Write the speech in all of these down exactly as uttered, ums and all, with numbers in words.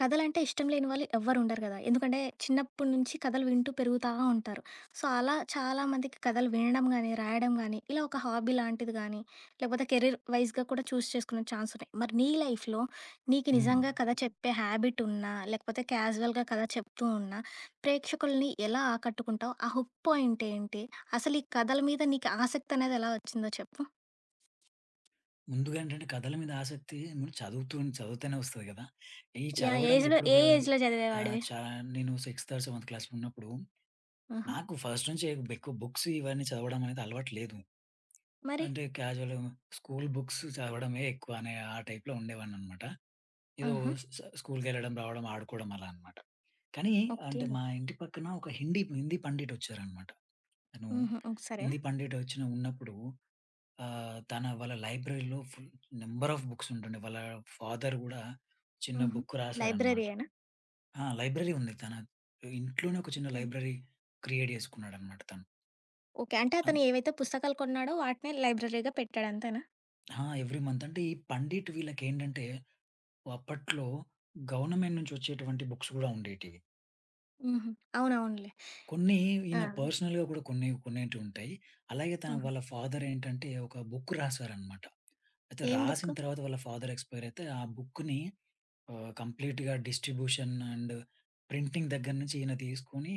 కథలంటే ఇష్టం లేని వాళ్ళు ఎవ్వరు ఉండరు కదా! ఎందుకంటే చిన్నప్పటి నుంచి కథలు వింటూ పెరుగుతా ఉంటారు. సో, అలా చాలామందికి కథలు వినడం గానీ, రాయడం గానీ, ఇలా ఒక హాబీ లాంటిది గానీ, లేకపోతే కెరీర్ వైస్‌గా కూడా చూజ్ చేసుకునే ఛాన్స్ ఉన్నాయి. మరి నీ లైఫ్‌లో నీకు హ్మ్. నిజంగా కథ చెప్పే హ్యాబిట్ ఉన్నా, లేకపోతే క్యాజువల్‌గా కథ చెప్తూ ఉన్నా, ప్రేక్షకుల్ని ఎలా ఆకట్టుకుంటావు? ఆ హుక్ పాయింట్ ఏంటి? అసలు ఈ కథల మీద నీకు ఆసక్తి అనేది ఎలా వచ్చిందో చెప్పు? ముందుగా ఏంటంటే కథల మీద ఆసక్తి మనం చదువుతూ చదువుతూనే వస్తది కదా! ఈ యాహ్! చదవడం ఏజ్‌లో ఎప్పుడు ఏ బ ఏజ్‌లో ఆహ్, చదివేవాడివి? చా నేను 6థ్ ఆర్ 7థ్ క్లాస్‌లో ఉన్నప్పుడు ఆహా! నాకు ఫస్ట్ నుంచి ఎక్కువ బుక్స్ ఇవన్నీ చదవడం అనేది అలవాటు లేదు. మరి అంటే క్యాజువల్ స్కూల్ బుక్స్ చదవడమే ఎక్కువ అనే ఆ టైప్‌లో ఉండేవాడినన్నమాట. ఏదో ఆహా! స్ స్ స్కూల్‌కెళ్ళడం, రావడం, ఆడుకోవడం అలా అన్నమాట. కానీ ఓకే. అంటే మా ఇంటి పక్కన ఒక హిందీ హిందీ పండిట్ వచ్చారన్నమాట. తను హుహు. ఓహ్! సరే. హిందీ పండిట్ వచ్చిన ఉన్నప్పుడు ఆహ్, తన వాళ్ళ లైబ్రరీలో ఫుల్ నంబర్ ఆఫ్ బుక్స్ ఉంటుండే. వాళ్ళ ఫాదర్ గూడా చిన్న హుహు. బుక్ రాశారనమాట. లైబ్రరీయేనా? ఆ! లైబ్రరీ ఉంది. తన ఇంట్లోనే ఒక చిన్న ఓకే. లైబ్రరీ క్రియేట్ జేసుకున్నాడనమాట తను. ఓకే. అంటే అన్ అతను ఏవైతే పుస్తకాలు కొన్నాడో వాటినే లైబ్రరీగా పెట్టాడంతేనా? ఆ! ఎవ్రీ మంత్ అంటే ఈ పండిట్ వీళ్ళకేంటంటే అప్పట్లో గవర్నమెంట్ నుంచి వచ్చేటువంటి బుక్స్ గూడా ఉండేటివి. హుహు. అవునవునులే. కొన్ని ఆ! ఈయన ఆ! పర్సనల్‌గా గూడా కొన్ని కొనేటివుంటాయి. అలాగే తన హుహు. వాళ్ళ ఫాదర్ ఏంటంటే ఒక బుక్ రాశారనమాట. అయితే ఏం రాసిన బుక్కు? తర్వాత వాళ్ళ ఫాదర్ ఎక్స్‌పైర్ అయితే ఆ బుక్‌ని ఆహ్, కంప్లీట్‌గా డిస్ట్రిబ్యూషన్ అండ్ ప్రింటింగ్ దగ్గర నుంచి ఈయన తీసుకొని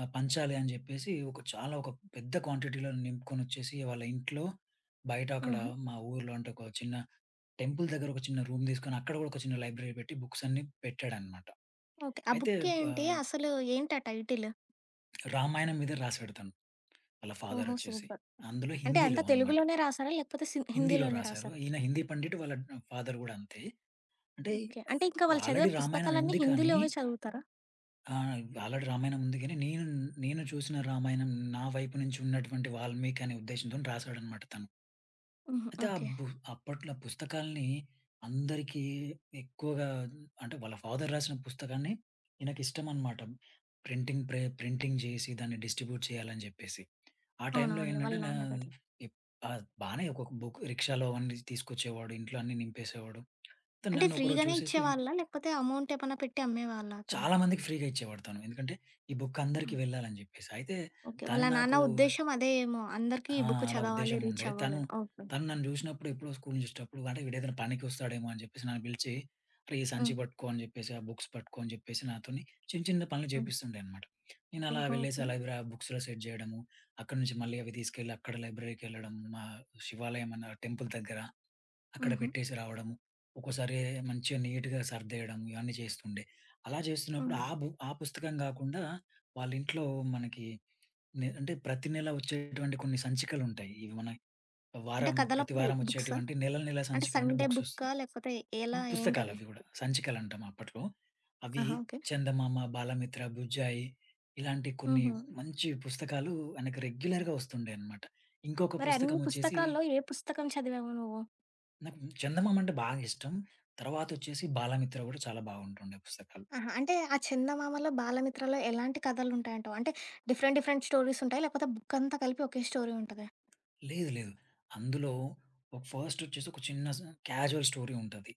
ఆహ్, పంచాలి అని జెప్పేసి ఒక చాలా ఒక పెద్ద క్వాంటిటీలో నింపుకొనొచ్చేసి వాళ్ళ ఇంట్లో, బయట అక్కడ హుహు. మా ఊర్లో అంటే ఒక చిన్న టెంపుల్ దగ్గర ఒక చిన్న రూమ్ తీసుకొని అక్కడ గూడా ఒక చిన్న లైబ్రరీ పెట్టి బుక్స్ అన్నీ పెట్టాడనమాట. ఓకే. ఆ అయితే బుక్కేంటి? ఆహ్, అసలు ఏంటి ఆ టైటిల్? రామాయణం మీద రాసి పెడతాను వాళ్ళ ఓహో! ఫాదరొచ్చేసి. సూపర్. అందులో అంటే హిందీలో అంతా అనమాట. తెలుగులోనే రాసారా? లేకపోతే సిన్ హిందీలో హిందీలోనే రాసారు. రాసారా? ఈయన హిందీ పండిట్ వాళ్ళ ఫాదర్ గూడా అంతే. అంటే ఓకే. అంటే ఇంకా వాళ్ళు చదివే ఆల్రెడీ రామాయణం పుస్తకాలన్నీ ఉంది కానీ హిందీలోవే చదువుతారా? ఆ! ఆల్రెడీ రామాయణం ఉంది గానీ, నేను నేను చూసిన రామాయణం నా వైపు నుంచి ఉన్నటువంటి వాల్మీకి అనే ఉద్దేశ్యంతోని రాసాడనమాట తను. హుహు. అయితే ఆ ఓకే. బు అప్పట్లో పుస్తకాల్ని అందరికీ ఎక్కువగా అంటే వాళ్ళ ఫాదర్ రాసిన పుస్తకాన్ని ఈయనకిష్టమనమాట. ప్రింటింగ్ ప్రే ప్రింటింగ్ జేసి దాన్ని డిస్ట్రిబ్యూట్ చేయాలని జెప్పేసి. ఆ టైంలో అవునవునులే. వాళ్ళ ఏంటంటే నా నాన్నగారు. ఎప్ ఆహ్, బానే ఒకొక్క బుక్ రిక్షాలో అవన్నీ తీసుకొచ్చేవాడు. ఇంట్లో అన్నీ నింపేసేవాడు. తను అంటే నన్ను ఒకరోజు ఫ్రీగానే చూసేసి ఇచ్చేవాళ్ళా? లేకపోతే అమౌంట్ ఏమన్నా పెట్టి అమ్మేవాళ్ళా అతను? చాలా మందికి ఫ్రీగా ఇచ్చేవాడు తను. ఎందుకంటే ఈ బుక్ అందరికి వెళ్ళాలని జెప్పేసి. అయితే ఓకే. తను వాళ్ళ నాన్న నాకు ఉద్దేశ్యం అదే ఏమో! అందరికీ ఆ! ఈ బుక్ అలా చదవాలి, ఉద్దేశ్యం రీచ్ ఉండే. తను, అవ్వాలని. ఓకే. తను నన్ను జూసినప్పుడు ఎప్పుడో స్కూల్ నుంచి ఒచ్చేటప్పుడు అంటే వీడేదైనా పనికొస్తాడేమో అని జెప్పేసి నన్ను పిలిచి "అరేయ్! ఈ సంచి హ్మ్. పట్టుకో" అని జెప్పేసి, ఆ బుక్స్ పట్టుకో అని జెప్పేసి నాతోని చిన్న చిన్న పనులు హ్మ్. జేపిస్తుండే అన్నమాట. నేను అలా ఓహో! వెళ్ళేసి ఓకే. ఆ లైబ్ర బుక్స్‌లో సెట్ జేయడము. అక్కడి నుంచి మళ్ళీ అవి తీసుకెళ్ళి అక్కడ లైబ్రరీకెళ్ళడం. మా శివాలయం అన్న టెంపుల్ దగ్గర అక్కడ హుహు. పెట్టేసి రావడము. ఒక్కోసారి మంచిగా నీట్‌గా సర్దేయడం ఇవన్నీ చేస్తుండే. అలా చేస్తున్నప్పుడు హ్మ్. ఆ బు ఆ పుస్తకం గాకుండా వాళ్ళింట్లో మనకి నె అంటే ప్రతి నెల వచ్చేటువంటి కొన్ని సంచికలుంటాయి. ఇవి మన అంటే వారం కథల ప్రతి బు వారం బుక్సా? వచ్చేటువంటి నెల నెల అంటే సంచికలంటే సండే బుక్స్ వస్తాయి. బుక్కా? లేకపోతే ఎలా? ఏంటవి? పుస్తకాలవి గూడా సంచికలంటాం అప్పట్లో. అవి ఆహా! ఓకే. 'చందమామ', 'బాలమిత్ర', 'బుజ్జాయి' ఇలాంటి కొన్ని హుహు. మంచి పుస్తకాలు ఆయనకు రెగ్యులర్‌గా వస్తుండే అన్నమాట. ఇంకొక మరి పుస్తకం అన్ని వచ్చేసి పుస్తకాల్లో ఏ పుస్తకం చదివావు నువ్వు? నాకు 'చందమామ' అంటే బాగా ఇష్టం. తర్వాతొచ్చేసి 'బాలమిత్ర' గూడా చాలా బాగుంటుండే పుస్తకాలు. ఆహా! అంటే ఆ చందమామలో, బాలమిత్రలో ఎలాంటి కథలుంటాయంటావు? అంటే డిఫరెంట్ డిఫరెంట్ స్టోరీసుంటాయా? లేకపోతే బుక్కంతా కలిపి ఒకే స్టోరీ ఉంటదా? లేదు. లేదు. అందులో ఒక ఫస్ట్ వచ్చేసి ఒక చిన్న స్ క్యాజువల్ స్టోరీ ఉంటది.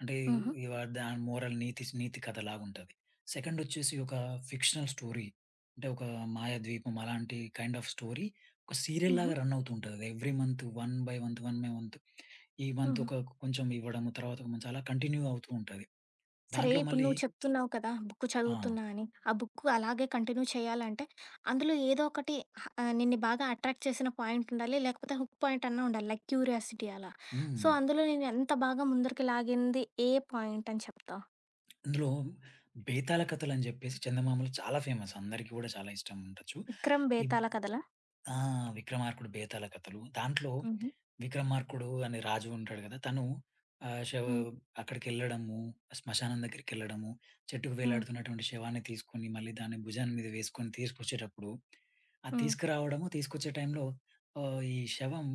అంటే హుహు. ఇవ దాని మోరల్ నీతి నీతి కథలాగుంటది. సెకండ్ వచ్చేసి ఒక ఫిక్షనల్ స్టోరీ. అంటే ఒక మాయాద్వీపం అలాంటి కైండ్ ఆఫ్ స్టోరీ ఒక హుహు. సీరియల్‌లాగా రన్ అవుతుంటది. Every month one by one one by one ఈ మంత్ హుహు. ఒక కొంచెం ఇవ్వడము, తర్వాత కొంచెం అలా కంటిన్యూ అవుతూ ఉంటది. సరే, దాంట్లో ఇప్పుడు మళ్ళీ నువ్వు చెప్తున్నావు కదా, బుక్ ఆ! చదువుతున్నా అని. ఆ బుక్ అలాగే కంటిన్యూ చేయాలంటే అందులో ఏదో ఒకటి ఆహ్, నిన్ను బాగా అట్రాక్ట్ చేసిన పాయింట్ ఉండాలి. లేకపోతే హుక్ పాయింట్ అన్నా ఉండాలి. లైక్ క్యూరియాసిటీ అలా. సో, హ్మ్. అందులో నిన్ను ఎంత బాగా ముందరికి లాగింది ఏ పాయింట్ అని చెప్తావు? అందులో 'బేతాళ కథలు' అని జెప్పేసి చందమామలు చాలా ఫేమస్. అందరికీ గూడా చాలా ఇష్టం ఉండొచ్చు. 'విక్రమ్ ఈ బేతాళ' కథలా? ఆ! 'విక్రమార్కుడు బేతాళ కథలు' దాంట్లో హుహు. 'విక్రమార్కుడు' అనే రాజు ఉంటాడు గదా! తను ఆహ్, శవ హ్మ్. అక్కడికెళ్ళడము, శ్మశానం దగ్గరికెళ్ళడము, చెట్టుకు హ్మ్. వేలాడుతున్నటువంటి శవాన్ని తీసుకొని మళ్ళీ దాన్ని భుజాన్ని మీద వేసుకొని తీసుకొచ్చేటప్పుడు, ఆ హ్మ్. తీసుకురావడము, తీసుకొచ్చే టైంలో ఆహ్, ఈ శవం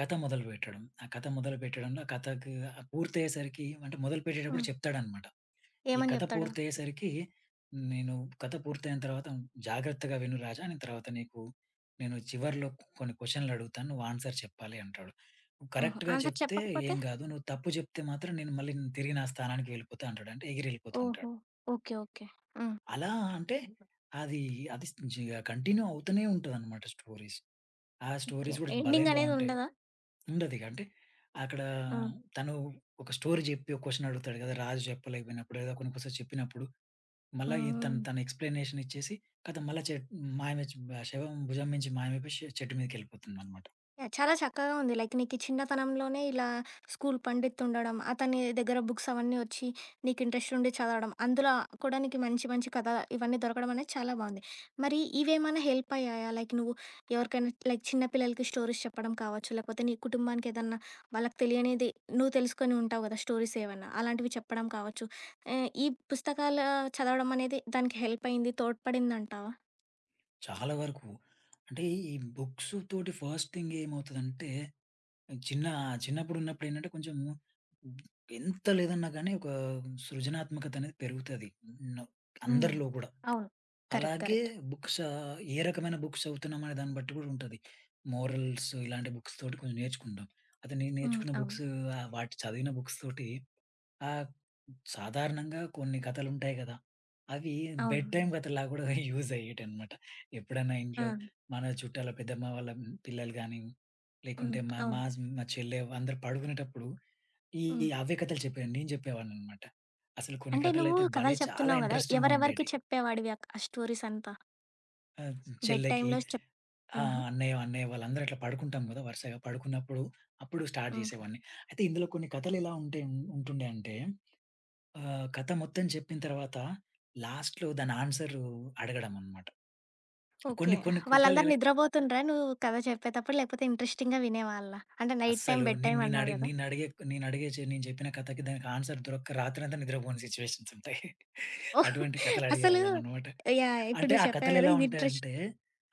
కథ మొదలుపెట్టడం. ఆ కథ మొదలుపెట్టడంలో ఆ కథకి పూర్తయ్యేసరికి అంటే హ్మ్. మొదలుపెట్టేటప్పుడు చెప్తాడన్నమాట. ఈ ఏమని కథ చెప్తాడు? పూర్తయ్యేసరికి నేను కథ పూర్తయిన తర్వాత జాగ్రత్తగా విను రాజా నేను తర్వాత నీకు నేను చివర్లో కొన్ని క్వశ్చన్లు అడుగుతాను, నువ్వు ఆన్సర్ చెప్పాలి అంటాడు. నువ్వు హుహు. కరెక్ట్‌గా ఆన్సర్ చెప్తే చెప్పకపోతే? ఏం గాదు. నువ్వు తప్పు చెప్తే మాత్రం నేను మళ్ళీ నేను తిరిగి నా స్థానానికి వెళ్ళిపోతా అంటాడు. అంటే ఎగిరెళ్ళిపోతూ ఓహో! ఉంటాడు. ఓకే. ఓకే. హ్మ్. అలా అంటే అది అది జ కంటిన్యూ అవుతూనే ఉంటదనమాట స్టోరీస్. ఆ ఓకే. స్టోరీస్ గూడా భలే ఎండింగ్ అనేది బావుంటాయి. ఉండదా? ఉండదిక అంటే అక్కడ ఆ! తను ఒక స్టోరీ జెప్పి ఒక క్వశ్చన్ అడుగుతాడు గదా! రాజు చెప్పలేకపోయినప్పుడు ఏదో కొన్ని కొస చెప్పినప్పుడు మళ్ళా ఈ హ్మ్. తను తన ఎక్స్‌ప్లనేషన్ ఇచ్చేసి కథం మళ్ళా చెట్ మాయమచ్చి శవం భుజం మీంచి మాయమైపోయి షె చెట్టు మీదకెళ్ళిపోతుందనమాట. యాహ్! చాలా చక్కగా ఉంది. లైక్ నీకు చిన్నతనంలోనే ఇలా స్కూల్ పండిత్తుండడం, అతని దగ్గర బుక్స్ అవన్నీ వచ్చి నీకు ఇంట్రెస్ట్ ఉండి చదవడం, అందులో కూడా నీకు మంచి మంచి కథ ఇవన్నీ దొరకడం అనేది చాలా బావుంది. మరి ఇవేమైనా హెల్ప్ అయ్యాయా? లైక్ నువ్వు ఎవరికైనా లైక్ చిన్న పిల్లలకి స్టోరీస్ చెప్పడం కావచ్చు, లేకపోతే నీ కుటుంబానికి ఏదన్నా వాళ్ళకి తెలియనిది నువ్వు తెలుసుకొని ఉంటావు గదా! స్టోరీస్ ఏవన్నా అలాంటివి చెప్పడం కావచ్చు. ఆహ్, ఈ పుస్తకాలు చదవడం అనేది దానికి హెల్ప్ అయింది, తోడ్పడిందంటావా? చాలా వరకు. అంటే ఈ బుక్స్ తోటి ఫస్ట్ థింగ్ ఏమవుతదంటే చిన్న చిన్నప్పుడున్నప్పుడేంటంటే కొంచెం ఎంత లేదన్నా గానీ ఒక సృజనాత్మకత అనేది పెరుగుతది. న హ్మ్. అందరిలో కూడా. అవును. కరెక్ట్. అలాగే కరెక్ట్. బుక్స్ ఆహ్, ఏ రకమైన బుక్స్ చదువుతున్నాం అనే దాన్ని బట్టి కూడా ఉంటది. మోరల్స్ ఇలాంటి బుక్స్ తోటి కొంచెం నేర్చుకుంటాం. అయితే నేను హ్మ్. నేర్చుకున్న అవును. బుక్స్ ఆహ్, వాటి చదివిన బుక్స్ తోటి ఆహ్, సాధారణంగా కొన్ని కథలుంటాయి గదా! అవి బెడ్ అవును. టైమ్ కథలాగా గూడా యూజ్ అయ్యేటియనమాట. ఎప్పుడైనా ఆ! ఇంట్లో మన చుట్టాల పెద్దమ్మ వాళ్ళ పిల్లలు గాని, హ్మ్. లేకుంటే మా మా అవును. మా చెల్లె అందరూ పడుకునేటప్పుడు ఈ హ్మ్. అవే కథలు చెప్పేది. నేను చెప్పేవాడిననమాట. అసలు కొన్ని అంటే నువ్వు కథలైతే భలే! కథలు చాలా చెప్తున్నావు గదా! ఇంట్రెస్టింగ్‌గా ఎవరెవరికి ఉండేటియి. చెప్పేవాడివి అక్ ఆ స్టోరీస్ అంతా? ఆ! బెడ్ చెల్లెకి టైమ్‌లో చెప్ ఆహా! ఆహ్, అన్నయ్య, అన్నయ్య వాళ్ళందరూ అట్లా పడుకుంటాం గదా! వరుసగా పడుకున్నప్పుడు, అప్పుడు స్టార్ట్ హ్మ్. జేసేవాడిని. అయితే ఇందులో కొన్ని కథలెలా ఉంటే ఉంటుండే అంటే ఆహ్, కథ మొత్తం చెప్పిన తర్వాత లాస్ట్‌లో దాని ఆన్సర్ అడగడం అన్నమాట. ఓకే. కొన్ని కొన్ని వాళ్ళందరూ కథలెలా నిద్రపోతుండ్రా నువ్వు కథ చెప్పేతప్పుడు? లేకపోతే ఇంట్రెస్టింగ్‌గా వినేవాళ్ళా? అంటే నైట్ టైమ్ అస్సలు బెడ్ నేను టైమ్ నేను అన్నావు అడిగి గదా! నేను అడిగే నేను అడిగే చే- నేను చెప్పిన కథకి దానికి ఆన్సర్ దొరక్క రాత్రంతా నిద్రపోని సిట్యుయేషన్స్ ఉంటాయి. ఓహ్! అటువంటి కథలు అసలు అడిగేవాళ్ళం అన్నమాట. యాహ్! ఇప్పుడు అంటే నువ్వు ఆ చెప్పావు గదా! కథలెలా ఇది ఇంట్రెస్ట్ ఉంటాయంటే,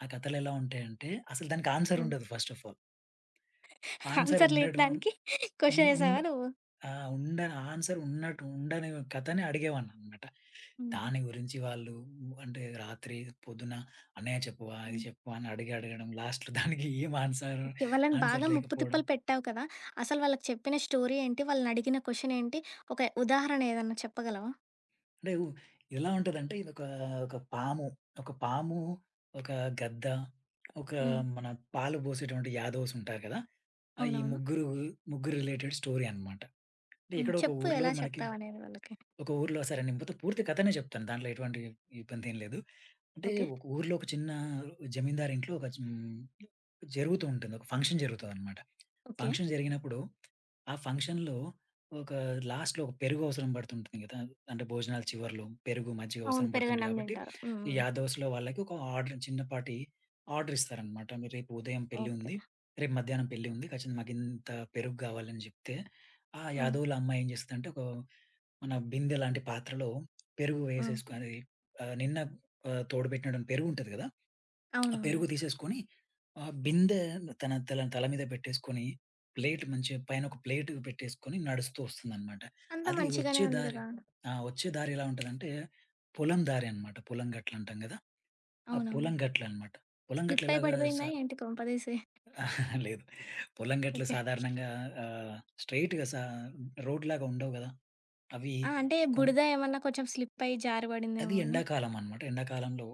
ఆ కథలెలా ఉంటాయంటే అసలు దానికి ఆన్సర్ హ్మ్. ఉండదు ఫస్ట్ ఆఫ్ ఆల్. ఆన్సర్ ఆన్సర్‌లు ఉండడం ఇయడానికి ఉన్ క్వెషన్ ఉండ ఏసావా నువ్వు? ఆ! ఉండని ఆన్సర్ ఉన్నట్టు ఉండని కథనే అడిగేవాడిననమాట. హుహు. దాని గురించి వాళ్ళు అంటే రాత్రి, పొద్దున "అన్నయ్య చెప్పవా? ఇది హ్మ్. చెప్పవా?" అని అడిగి అడగడం లాస్ట్‌లో దానికి ఏం ఆన్సర్, ఓకే. వాళ్ళని ఆన్సర్ బాగా ముప్పు లేకపోవడం. తిప్పలు పెట్టావు కదా! అసలు వాళ్ళకి చెప్పిన స్టోరీ ఏంటి? వాళ్ళని అడిగిన క్వెషన్ ఏంటి? ఒక ఉదాహరణ ఏదన్నా చెప్పగలవా? అంటే ఉ ఎలా ఉంటదంటే ఇదొక ఒక ఒక పాము, ఒక పాము, ఒక గద్ద, ఒక హ్మ్. మన పాలు పోసేటువంటి యాదవ్స్ ఉంటారు కదా! ఆ! ఈ అవునవును. ముగ్గురు, ముగ్గురు రిలేటెడ్ స్టోరీ అనమాట. అంటే హ్మ్. ఎక్కడో ఒక చెప్పు ఊర్లో ఎలా మనకి చెప్తావనేది వాళ్ళకి. ఒక ఊర్లో సరే నేను మొత్తం పూర్తి కథనే చెప్తాను. దాంట్లో ఎటువంటి ఇబ్బందేం లేదు. అంటే ఓకే. ఒక ఊర్లో ఒక చిన్న జమీందారు ఇంట్లో ఒక హ్మ్, జరుగుతూ ఉంటుంది. ఒక ఫంక్షన్ జరుగుతదనమాట. ఓకే. ఫంక్షన్ జరిగినప్పుడు ఆ ఫంక్షన్‌లో ఒక లాస్ట్‌లో ఒక పెరుగు అవసరం పడుతుంటుంది కదా! అంటే భోజనాల చివర్లో పెరుగు, మజ్జిగ అవును. అవసరం పడుతుంది పెరుగన్నం కాబట్టి తింటారు. హ్మ్. ఈ హ్మ్. యాదవస్‌లో వాళ్ళకి ఒక ఆర్డర్ చిన్నపాటి ఆర్డర్ ఇస్తారనమాట. "మీరు రేపు ఉదయం పెళ్లి ఓకే. ఉంది. రేపు మధ్యాహ్నం పెళ్లి ఉంది. ఖచ్చితంగా మాకింత పెరుగు కావాలని" చెప్తే ఆ హ్మ్. యాదవుల అమ్మాయి ఏం చేస్తదంటే ఒక మన బిందె లాంటి పాత్రలో పెరుగు హ్మ్. వేసేసుకొని ఆహ్, నిన్న ఆహ్, తోడుబెట్టినటువంటి పెరుగుంటది గదా! ఆ అవునవును. పెరుగు తీసేసుకొని ఆ బిందె తన తల తల మీద పెట్టేసుకొని ప్లేట్ మంచిగా పైన ఒక ప్లేట్ పెట్టేసుకొని నడుస్తూ వస్తుందనమాట. అంతా అది మంచిగానే వచ్చే ఉంది దారి కదా! ఆ! వచ్చే దారి ఎలా ఉంటదంటే పొలం దారి అనమాట. పొలం గట్లంటాం గదా! ఆ అవునవును. పొలం గట్లనమాట. పొలం గట్లు స్లిప్ అయి ఎలాగా పడిపోయిందా సా ఏంటి కొంపదీసి? లేదు. పొలం గట్లు ఓకే. సాధారణంగా ఆహ్, స్ట్రెయిట్‌గా సా రోడ్‌లాగా ఉండవు గదా! అవి ఆ! అంటే కొం బుడిద ఏమన్నా కొంచెం స్లిప్ అయ్యి జారి అది పడిందేమో అని. ఎండాకాలం అనమాట. ఎండాకాలంలో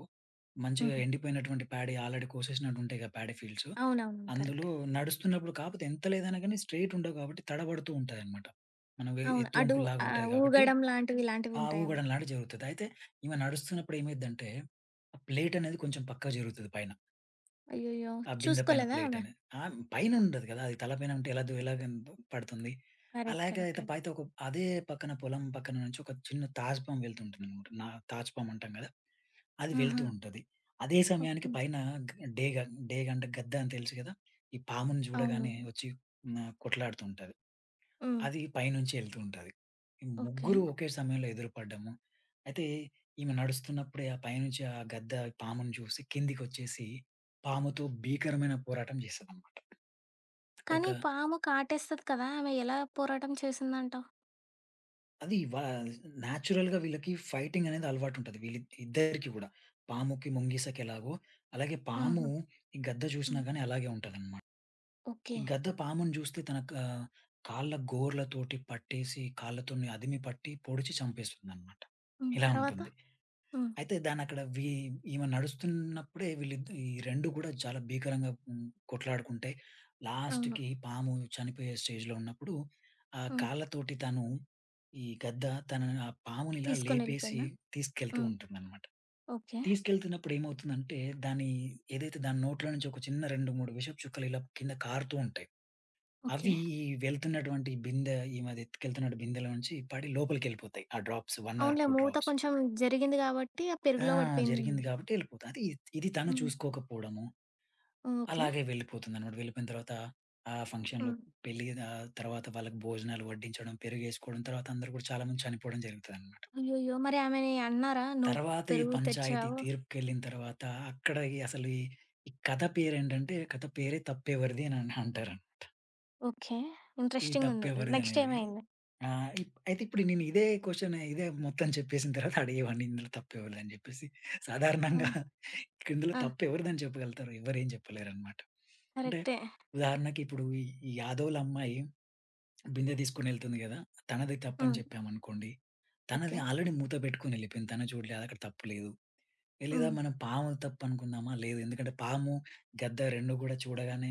మంచిగా హుహు. ఎండిపోయినటువంటి ప్యాడీ ఆల్రెడీ కోసేసినట్టు ఉంటాయి కదా! Paddy fields. అవునవును. అందులో కరెక్ట్. నడుస్తున్నప్పుడు కాకపోతే ఎంత లేదన్నా గాని స్ట్రెయిట్ ఉండవు కాబట్టి తడబడుతూ ఉంటాయన్నమాట. మనం ఎ అవును. ఎత్తు అడు ఒంపుల్లాగా ఉంటాయి ఆహ్, కాబట్టి ఊగడం లాంటివి ఇలాంటివి ఆ ఉంటాయేమో. ఊగడం లాంటిది జరుగుతది. అయితే ఈమె నడుస్తున్నప్పుడు ఏమైద్దంటే ఆ ప్లేట్ అనేది కొంచెం పక్కకు జరుగుతది పైన. అయ్యయ్యో! ఆ బిందె పైన చూసుకోలేదా ప్లేట్ ఆమె? అనేది. ఆహ్, పైన ఉండదు కదా! అది తల పైన ఉంటే ఎలా దు ఎలాగ పడుతుంది. కరెక్ట్. అలాగే కరెక్ట్. అయితే పైతో కరెక్ట్. ఒక అదే పక్కన పొలం పక్కన నుంచి ఒక చిన్న తాజ్‌పామ్ వెళ్తుంటుందన్నమాట. నా తాజ్‌పామ్ అంటాం కదా! అది ఆహా! వెళ్తూ ఉంటది. అదే సమయానికి ఓకే. పైన గ డేగ డేగంటే గద్ద అని తెలుసు కదా! ఈ పాముని అవును. చూడగానే వచ్చి నా కొట్లాడుతూ ఉంటది. హ్మ్. అది పైనుంచి ఎళ్తూ ఉంటది. ఈ ఓకే. ముగ్గురు ఒకే సమయంలో ఎదురుపడ్డాము. అయితే ఈమె నడుస్తున్నప్పుడే ఆ పైనుంచి ఆ గద్ద పాముని చూసి కిందికొచ్చేసి పాముతో భీకరమైన పోరాటం చేస్తదనమాట. కానీ ఒక పాము కాటేస్తది కదా! ఆమె ఎలా పోరాటం చేసిందంటావు? అది వా నేచురల్‌గా వీళ్ళకి ఫైటింగ్ అనేది అలవాటుంటది. వీళ్ళి ఇద్దరికీ గూడా. పాముకి, ముంగిసకి ఎలాగో అలాగే పాము హుహు. ఈ గద్ద చూసినా హ్మ్. గాని అలాగే ఉంటదనమాట. ఓకే. ఈ గద్ద పాముని జూస్తే తన క కాళ్ళ గోర్లతోటి పట్టేసి, కాళ్ళతోని అదిమి పట్టి పొడిచి చంపేస్తుందన్నమాట. హ్మ్. ఇలా తర్వాత? ఉంటుంది. హ్మ్. అయితే దాన్నక్కడ వీ ఈమె నడుస్తున్నప్పుడే వీళ్ళిద్ ఈ రెండు గూడా చాలా భీకరంగా హ్మ్, కొట్లాడుకుంటాయి. అవును. లాస్ట్‌కి పాము చనిపోయే స్టేజ్‌లో ఉన్నప్పుడు, ఆ హ్మ్. కాళ్ళతోటి తను ఈ గద్ద తన ఆ పామునిలా లేపేసి తీసుకొనెళ్ళిపోయిందా? తీసుకెళ్తూ హ్మ్. ఉంటుందన్నమాట. ఓకే. తీసుకెళ్తున్నప్పుడు ఏమవుతుందంటే, దాని ఏదైతే దాని నోట్లో నుంచి ఒక చిన్న రెండు, మూడు విషపు చుక్కలు ఇలా కింద కారుతూ ఉంటాయి. ఓకే. అవి ఈ వెళ్తున్నటువంటి బిందె ఈ మధ్య ఎత్తుకెళ్తున్నటు బిందెలో నుంచి పడి లోపలికెళ్ళిపోతాయి. ఆ డ్రాప్స్ వన్ ఆర్ అవునులే టూ మూత డ్రాప్స్. కొంచెం జరిగింది కాబట్టి ఆ ఆ! పెరుగులో జరిగింది పడిపోయిందేమో. కాబట్టి ఎళ్ళిపోతాయి. అది ఇది తను హ్మ్. చూసుకోకపోవడము, ఓకే. అలాగే వెళ్ళిపోతుందనమాట. వెళ్ళిపోయిన తర్వాత ఆ ఫంక్షన్‌లో హ్మ్. పెళ్లి ఆహ్, తర్వాత వాళ్ళకి భోజనాలు వడ్డించడం, పెరుగేసుకోవడం, తర్వాత అందరూ కూడా చాలా మంది చనిపోవడం జరుగుతదనమాట. అయ్యయ్యో! మరి ఆమెని అన్నారా? నువ్వు తర్వాత ఈ పెరుగు పంచాయతీ తెచ్చావు. తీర్పుకెళ్ళిన తర్వాత అక్కడ ఈ అసలు ఈ ఈ కథ పేరేంటంటే కథ పేరే తప్పెవరిది అని అంటారనమాట. ఓకే. ఈ ఇంట్రెస్టింగ్ ఉంది. తప్పెవరిది నెక్స్ట్ అనేది. ఏమైంది? ఆ! ఇప్ అయితే ఇప్పుడు నేను ఇదే క్వెషన్ ఇదే మొత్తం చెప్పేసిన తర్వాత అడిగేవాడిని ఇందులో తప్పెవరిదని జెప్పేసి. ఆ! సాధారణంగా ఇక్కడ ఇందులో ఆ! తప్పెవరిదని చెప్పగలుగుతారు. ఎవ్వరేం చెప్పలేరనమాట. అంటే కరెక్టే. ఉదాహరణకి ఇప్పుడు ఈ ఈ యాదవ్‌ల అమ్మాయి బిందె తీసుకొనెళ్తుంది గదా! తనది తప్పని హ్మ్. చెప్పామనుకోండి. తనది ఓకే. ఆల్రెడీ మూత పెట్టుకొని ఎళ్ళిపోయింది. తను చూడలేదు. అక్కడ తప్పు లేదు. లేదా హ్మ్. మనం పాము తప్పనుకుందామా? లేదు. ఎందుకంటే పాము, గద్ద రెండు గూడా చూడగానే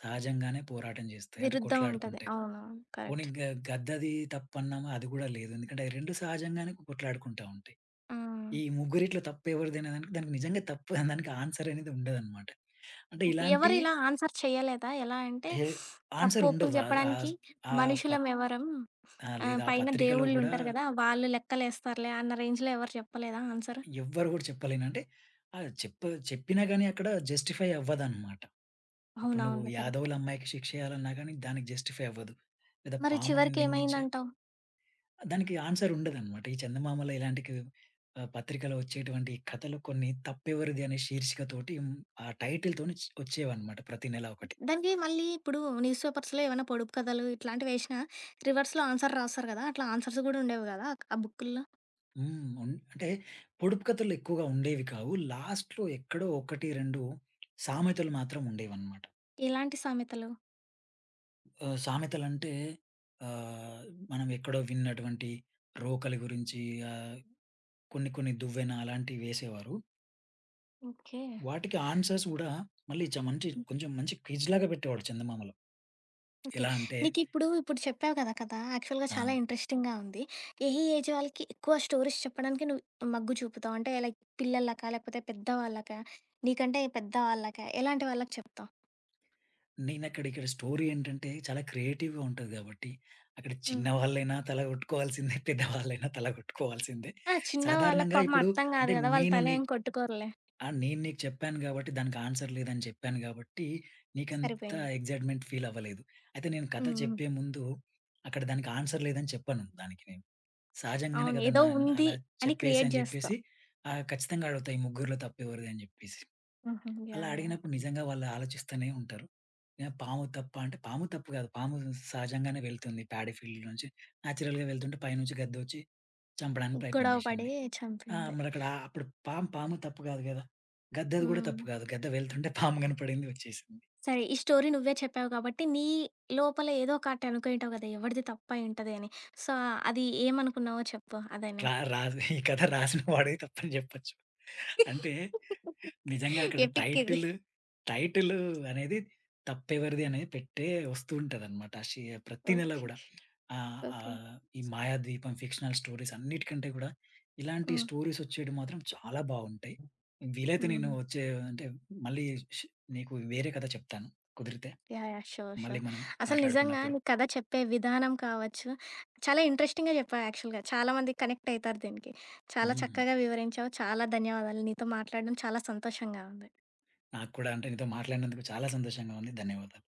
సహజంగానే పోరాటం జేస్తాయి. అంటే విరుద్ధం ఉంటది. కొట్లాడుకుంటాయి. అవునవును. పోనీ కరెక్ట్. గ గద్దది తప్పన్నామా? అది గూడా లేదు. ఎందుకంటే, అయి రెండు సహజంగానే కొట్లాడుకుంటా ఉంటాయి. ఆ! ఈ ముగ్గురిట్లో తప్పెవరిదనే దానికి, దానికి నిజంగా తప్పు అనే దానికి ఆన్సర్ అనేది ఉండదనమాట. అంటే ఓకే. ఇలాంటి ఎవరు ఇలా ఆన్సర్ చేయలేదా? ఎలా అంటే, హె తప్పు, ఆన్సర్ ఒప్పులు ఉండదు. ఆహ్, చెప్పడానికి ఆహ్, ఆ పత్ మనుషులం ఎవరం. ఆహ్, ఆహ్, లేదా ఆ పైన పత్రికలో గూడా దేవుళ్ళుంటారు గదా! వాళ్ళు లెక్కలేస్తారులే అన్న రేంజ్‌లో ఎవరు చెప్పలేదా ఆన్సరు? ఎవ్వరు గూడా చెప్పలేను. అంటే ఆహ్, చెప్ప చెప్పినా గానీ అక్కడ జస్టిఫై అవ్వదనమాట. ఇప్పుడు నువ్వు అవునవునులే. కరెక్ట్. యాదవుల అమ్మాయికి శిక్షేయాలన్నా గానీ దానికి జస్టిఫై అవ్వదు. లేదా మరి పాముని చివరికి నిందించా ఏమైందంటావు? దానికి ఆన్సర్ ఉండదనమాట. ఈ చందమామలో ఇలాంటికి ఆహ్, పత్రికలో వచ్చేటువంటి కథలు కొన్ని 'తప్పెవరిది' అనే శీర్షికతోటి హ్మ్, ఆ టైటిల్‌తోని చ్ వచ్చేవన్నమాట ప్రతి నెల ఒకటి. దానికి మళ్ళీ ఇప్పుడు న్యూస్ పేపర్స్‌లో ఏమైనా పొడుపు కథలు ఇట్లాంటివి వేసినా రివర్స్‌లో ఆన్సర్ రాస్తారు గదా! అట్లా ఆన్సర్స్ గూడా ఉండేవి గదా! ఆ బుక్కుల్లో. హ్మ్. ఉన్ అంటే పొడుపు కథలు ఎక్కువగా ఉండేవి కావు. లాస్ట్‌లో ఎక్కడో ఒకటి, రెండు సామెతలు మాత్రం ఉండేవన్నమాట. ఎలాంటి సామెతలు? ఆహ్, సామెతలంటే ఆహ్, మనం ఎక్కడో విన్నటువంటి రోకలి గురించి ఆహ్, కొన్ని కొన్ని దువ్వెన అలాంటివి వేసేవారు. ఓకే. వాటికి ఆన్సర్స్ గూడా మళ్ళీ చ మంచి కొంచెం మంచి క్విజ్‌లాగా పెట్టేవాడు చందమామలో. ఓకే. ఎలా అంటే నీకిప్పుడు, ఇప్పుడు ఇప్పుడు చెప్పావు కదా! కదా! యాక్చువల్‌గా ఆ! చాలా ఇంట్రెస్టింగ్‌గా ఉంది. ఏ ఏజ్ వాళ్ళకి ఎక్కువ స్టోరీస్ చెప్పడానికి నువ్వు మగ్గు చూపుతావు? అంటే లైక్ పిల్లలకా? లేకపోతే పెద్దవాళ్ళకా? నీకంటే పెద్ద వాళ్ళకా? ఎలాంటి వాళ్ళకి చెప్తావు? నేనక్కడ ఇక్కడ స్టోరీ ఏంటంటే చాలా క్రియేటివ్‌గా ఉంటది గాబట్టి, అక్కడ హ్మ్. చిన్నవాళ్ళైనా తల గొట్టుకోవాల్సిందే. పెద్దవాళ్ళైనా తల గొట్టుకోవాల్సిందే. ఆ! చిన్న వాళ్ళకి సాధారణంగా పాపం ఇప్పుడు అర్థం కాదు అంటే కదా! వాళ్ళ నేను తలేం నీకు కొట్టుకోరులే. ఆహ్, నేను నీకు చెప్పాను గాబట్టి దానికి ఆన్సర్ లేదని చెప్పాను గాబట్టి, నీకంత సరిపోయింది. ఎక్సైట్‌మెంట్ ఫీల్ అవ్వలేదు. అయితే నేను కథ హ్మ్. హ్మ్. చెప్పే ముందు అక్కడ దానికి ఆన్సర్ లేదని చెప్పను దానికి నేను. సహజంగానే అవును. కదా! ఏదో నా ఉంది అలా అని చెప్పేసి క్రియేట్ అని చేస్తావు. జెప్పేసి ఆహ్, ఖచ్చితంగా అడుగుతా ఈ ముగ్గురిలో తప్పెవరిది అని జెప్పేసి. హుహు. అలా యాహ్! యాహ్! అడిగినప్పుడు నిజంగా వాళ్ళు ఆలోచిస్తూనే ఉంటారు. యాహ్! పాము తప్ప అంటే పాము తప్పు కాదు. పాము సహజంగానే వెళ్తుంది ప్యాడీ ఫీల్డ్ నుంచి. నేచురల్‌గా వెళ్తుంటే పైనుంచి గద్దొచ్చి చంపడానికి ప్రయత్నం గొడవ పడి చేసింది. ఆ! చంపింది. మరక్కడ అప్పుడు పాము, పాము తప్పు కాదు కదా! గద్దది కూడా హ్మ్. తప్పు కాదు. గద్ద వెళ్తుంటే పాము కనపడింది వచ్చేసింది. సరే. ఈ స్టోరీ నువ్వే చెప్పావు కాబట్టి, నీ లోపల ఏదో ఒకటి అనుకుంటావు కదా! ఎవరిది తప్పై ఉంటది అని. సో, అది ఏమనుకున్నావో చెప్పు అదైనా? రా రాసి ఈ కథ రాసిన వాడే తప్పని జెప్పొచ్చు. అంటే నిజంగా అక్కడ ఎపిక్ ఇది. టైటిల్, టైటిల్ అనేది తప్పెవరిది అనేది పెట్టే వస్తూ ఉంటదనమాట. షి ప్రతి నెల ఓకే. గూడా. ఆహ్, ఓకే. ఆహ్, ఈ మాయాద్వీపం ఫిక్షనల్ స్టోరీస్ అన్నిటికంటే గూడా ఇలాంటి హ్మ్. స్టోరీస్ వచ్చేటివి మాత్రం చాలా బావుంటాయి. వీలైతే నేను హుహు. వచ్చే అంటే మళ్ళీ షి నీకు వేరే కథ చెప్తాను కుదిరితే. యాహ్! యాహ్! షూర్. షూర్. మళ్ళీ మనం అసలు నిజంగా మాట్లాడుకున్నప్పుడు. నీ కథ చెప్పే విధానం కావచ్చు, చాలా ఇంట్రెస్టింగ్‌గా చెప్పావు యాక్చువల్‌గా. చాలామంది కనెక్ట్ అయితారు దీనికి. చాలా హ్మ్. చక్కగా వివరించావు. చాలా ధన్యవాదాలు. నీతో మాట్లాడడం చాలా సంతోషంగా ఉంది. నాకు కూడా అంటే నీతో మాట్లాడినందుకు చాలా సంతోషంగా ఉంది. ధన్యవాదాలు.